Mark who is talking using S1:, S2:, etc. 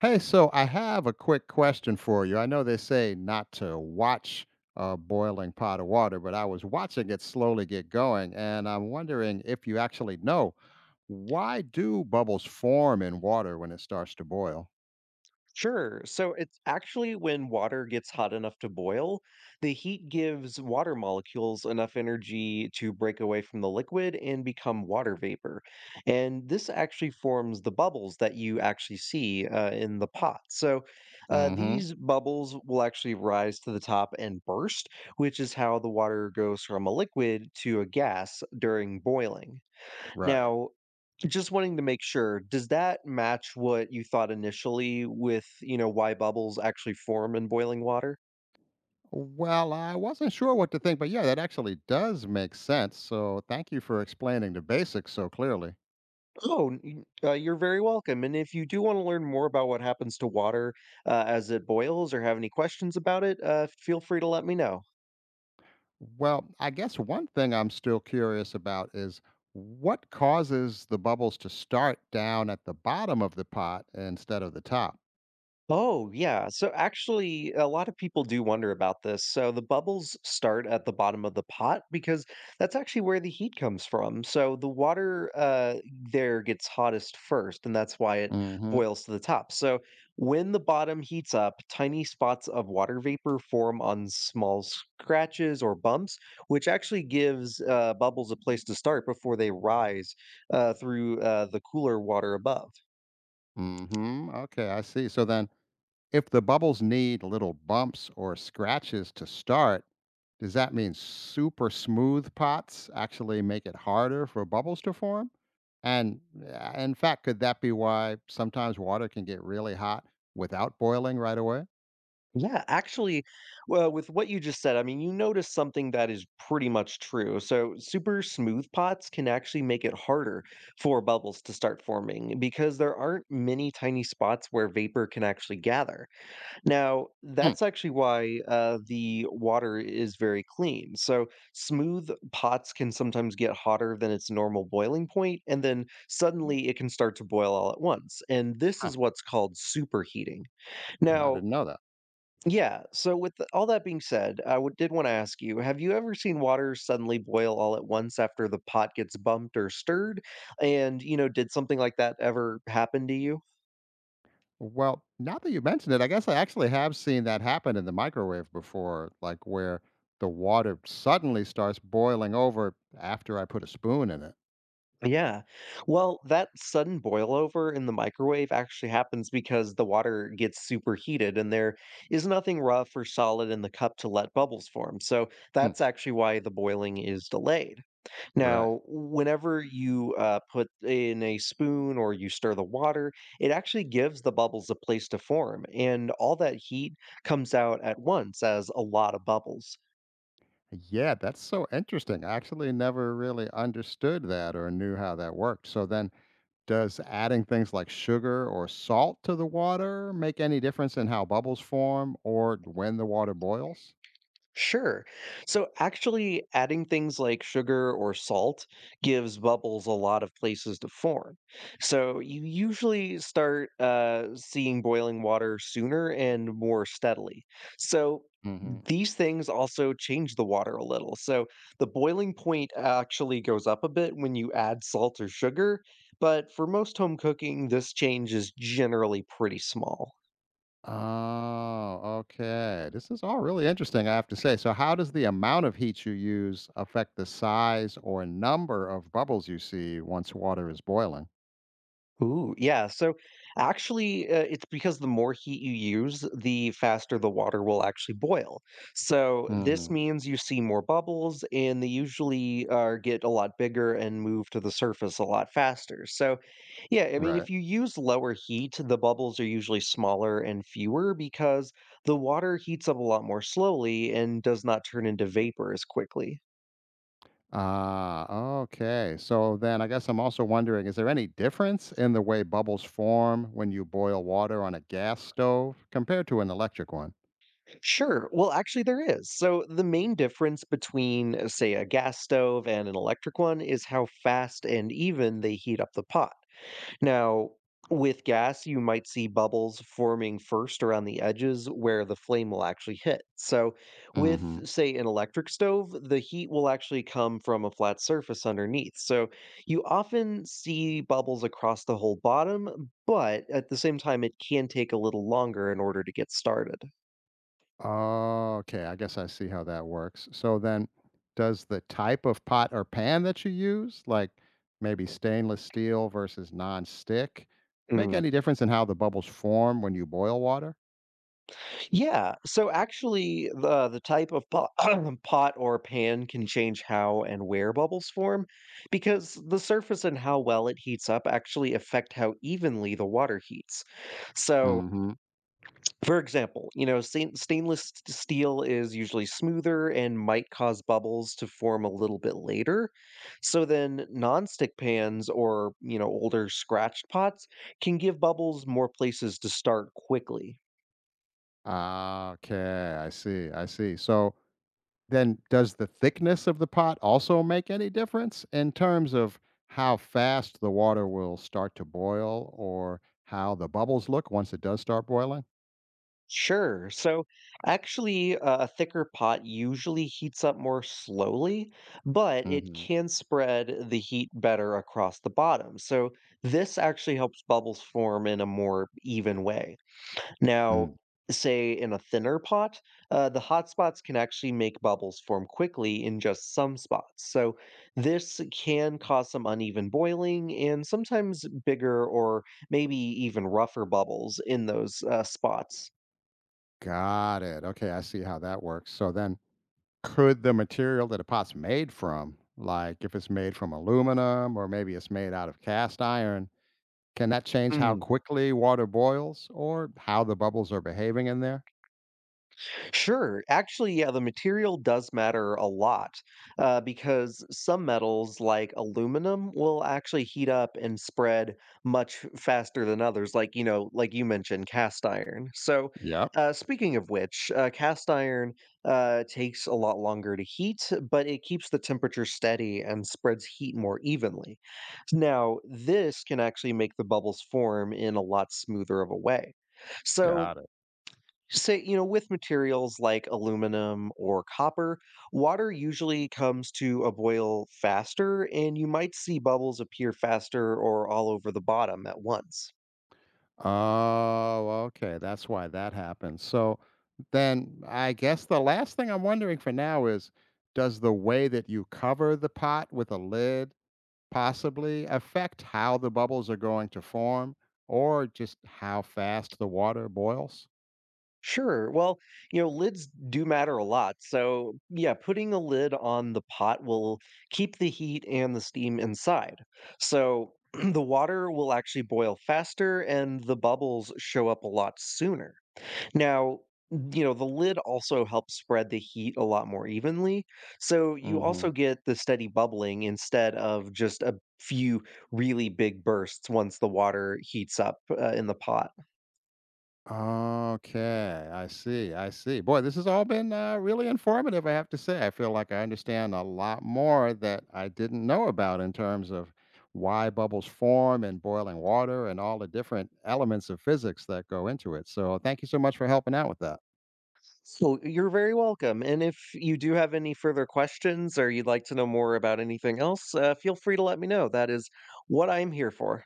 S1: Hey, so I have a quick question for you. I know they say not to watch a boiling pot of water, but I was watching it slowly get going, and I'm wondering if you actually know why do bubbles form in water when it starts to boil?
S2: Sure. So it's actually when water gets hot enough to boil, the heat gives water molecules enough energy to break away from the liquid and become water vapor. And this actually forms the bubbles that you actually see in the pot. So
S1: Mm-hmm.
S2: these bubbles will actually rise to the top and burst, which is how the water goes from a liquid to a gas during boiling.
S1: Right.
S2: Now, just wanting to make sure, does that match what you thought initially with, why bubbles actually form in boiling water?
S1: Well, I wasn't sure what to think, but yeah, that actually does make sense. So thank you for explaining the basics so clearly.
S2: Oh, you're very welcome. And if you do want to learn more about what happens to water as it boils or have any questions about it, feel free to let me know.
S1: Well, I guess one thing I'm still curious about is what causes the bubbles to start down at the bottom of the pot instead of the top?
S2: Oh, yeah. So actually, a lot of people do wonder about this. So the bubbles start at the bottom of the pot because that's actually where the heat comes from. So the water there gets hottest first, and that's why it
S1: Mm-hmm.
S2: boils to the top. So when the bottom heats up, tiny spots of water vapor form on small scratches or bumps, which actually gives bubbles a place to start before they rise through the cooler water above.
S1: Mm-hmm. Okay, I see. So then if the bubbles need little bumps or scratches to start, does that mean super smooth pots actually make it harder for bubbles to form? And in fact, could that be why sometimes water can get really hot without boiling right away?
S2: Yeah, actually, well, with what you just said, I mean, you noticed something that is pretty much true. So super smooth pots can actually make it harder for bubbles to start forming because there aren't many tiny spots where vapor can actually gather. Now,
S1: Hmm.
S2: that's actually why the water is very clean. So smooth pots can sometimes get hotter than its normal boiling point, and then suddenly it can start to boil all at once. And this
S1: Huh.
S2: is what's called superheating.
S1: I
S2: Now,
S1: didn't know that.
S2: yeah. So, with all that being said, I would, did want to ask you: have you ever seen water suddenly boil all at once after the pot gets bumped or stirred? And you know, did something like that ever happen to you?
S1: Well, now that you mention it, I guess I actually have seen that happen in the microwave before, like where the water suddenly starts boiling over after I put a spoon in it.
S2: Yeah. Well, that sudden boil over in the microwave actually happens because the water gets superheated and there is nothing rough or solid in the cup to let bubbles form. So
S1: Hmm.
S2: that's actually why the boiling is delayed.
S1: Right.
S2: Now, whenever you put in a spoon or you stir the water, it actually gives the bubbles a place to form, and all that heat comes out at once as a lot of bubbles.
S1: Yeah, that's so interesting. I actually never really understood that or knew how that worked. So then, does adding things like sugar or salt to the water make any difference in how bubbles form or when the water boils?
S2: Sure. So actually, adding things like sugar or salt gives bubbles a lot of places to form. So you usually start seeing boiling water sooner and more steadily. So these things also change the water a little. So the boiling point actually goes up a bit when you add salt or sugar, but for most home cooking, this change is generally pretty small.
S1: Oh, okay. This is all really interesting, I have to say. So, how does the amount of heat you use affect the size or number of bubbles you see once water is boiling?
S2: Ooh, yeah. So actually, it's because the more heat you use, the faster the water will actually boil. So this
S1: Hmm.
S2: means you see more bubbles, and they usually get a lot bigger and move to the surface a lot faster. So yeah, I mean,
S1: Right.
S2: if you use lower heat, the bubbles are usually smaller and fewer because the water heats up a lot more slowly and does not turn into vapor as quickly.
S1: Ah, okay. So then I guess I'm also wondering is there any difference in the way bubbles form when you boil water on a gas stove compared to an electric one?
S2: Sure. Well, actually, there is. So the main difference between, say, a gas stove and an electric one is how fast and even they heat up the pot. Now, with gas, you might see bubbles forming first around the edges where the flame will actually hit. So, with, say, an electric stove, the heat will actually come from a flat surface underneath. So you often see bubbles across the whole bottom, but at the same time, it can take a little longer in order to get started.
S1: Oh, okay. I guess I see how that works. So then, does the type of pot or pan that you use, like maybe stainless steel versus non-stick, make
S2: Mm.
S1: any difference in how the bubbles form when you boil water?
S2: Yeah. So actually, the type of pot, pot or pan can change how and where bubbles form, because the surface and how well it heats up actually affect how evenly the water heats. So,
S1: Hmm.
S2: for example, you know, stainless steel is usually smoother and might cause bubbles to form a little bit later. So then, nonstick pans or you know older scratched pots can give bubbles more places to start quickly.
S1: Ah, okay. I see. I see. So then, does the thickness of the pot also make any difference in terms of how fast the water will start to boil or how the bubbles look once it does start boiling?
S2: Sure. So actually, a thicker pot usually heats up more slowly, but it
S1: Hmm.
S2: can spread the heat better across the bottom. So this actually helps bubbles form in a more even way. Now, say in a thinner pot, the hot spots can actually make bubbles form quickly in just some spots. So this can cause some uneven boiling and sometimes bigger or maybe even rougher bubbles in those spots.
S1: Got it. Okay, I see how that works. So then, could the material that a pot's made from, like if it's made from aluminum or maybe it's made out of cast iron, can that change how quickly water boils or how the bubbles are behaving in there?
S2: Sure. Actually, yeah, the material does matter a lot because some metals, like aluminum, will actually heat up and spread much faster than others, like, you know, like you mentioned, cast iron. So,
S1: Yep,
S2: speaking of which, cast iron takes a lot longer to heat, but it keeps the temperature steady and spreads heat more evenly. Now, this can actually make the bubbles form in a lot smoother of a way. So,
S1: got it.
S2: say, you know, with materials like aluminum or copper, water usually comes to a boil faster, and you might see bubbles appear faster or all over the bottom at once.
S1: Oh, okay. That's why that happens. So then, I guess the last thing I'm wondering for now is does the way that you cover the pot with a lid possibly affect how the bubbles are going to form or just how fast the water boils?
S2: Sure. Well, you know, lids do matter a lot. So, yeah, putting a lid on the pot will keep the heat and the steam inside. So, the water will actually boil faster and the bubbles show up a lot sooner. Now, you know, the lid also helps spread the heat a lot more evenly. So you
S1: Hmm.
S2: also get the steady bubbling instead of just a few really big bursts once the water heats up in the pot.
S1: Okay, I see. I see. Boy, this has all been really informative, I have to say. I feel like I understand a lot more that I didn't know about in terms of why bubbles form and boiling water and all the different elements of physics that go into it. So, thank you so much for helping out with that.
S2: So you're very welcome. And if you do have any further questions or you'd like to know more about anything else, feel free to let me know. That is what I'm here for.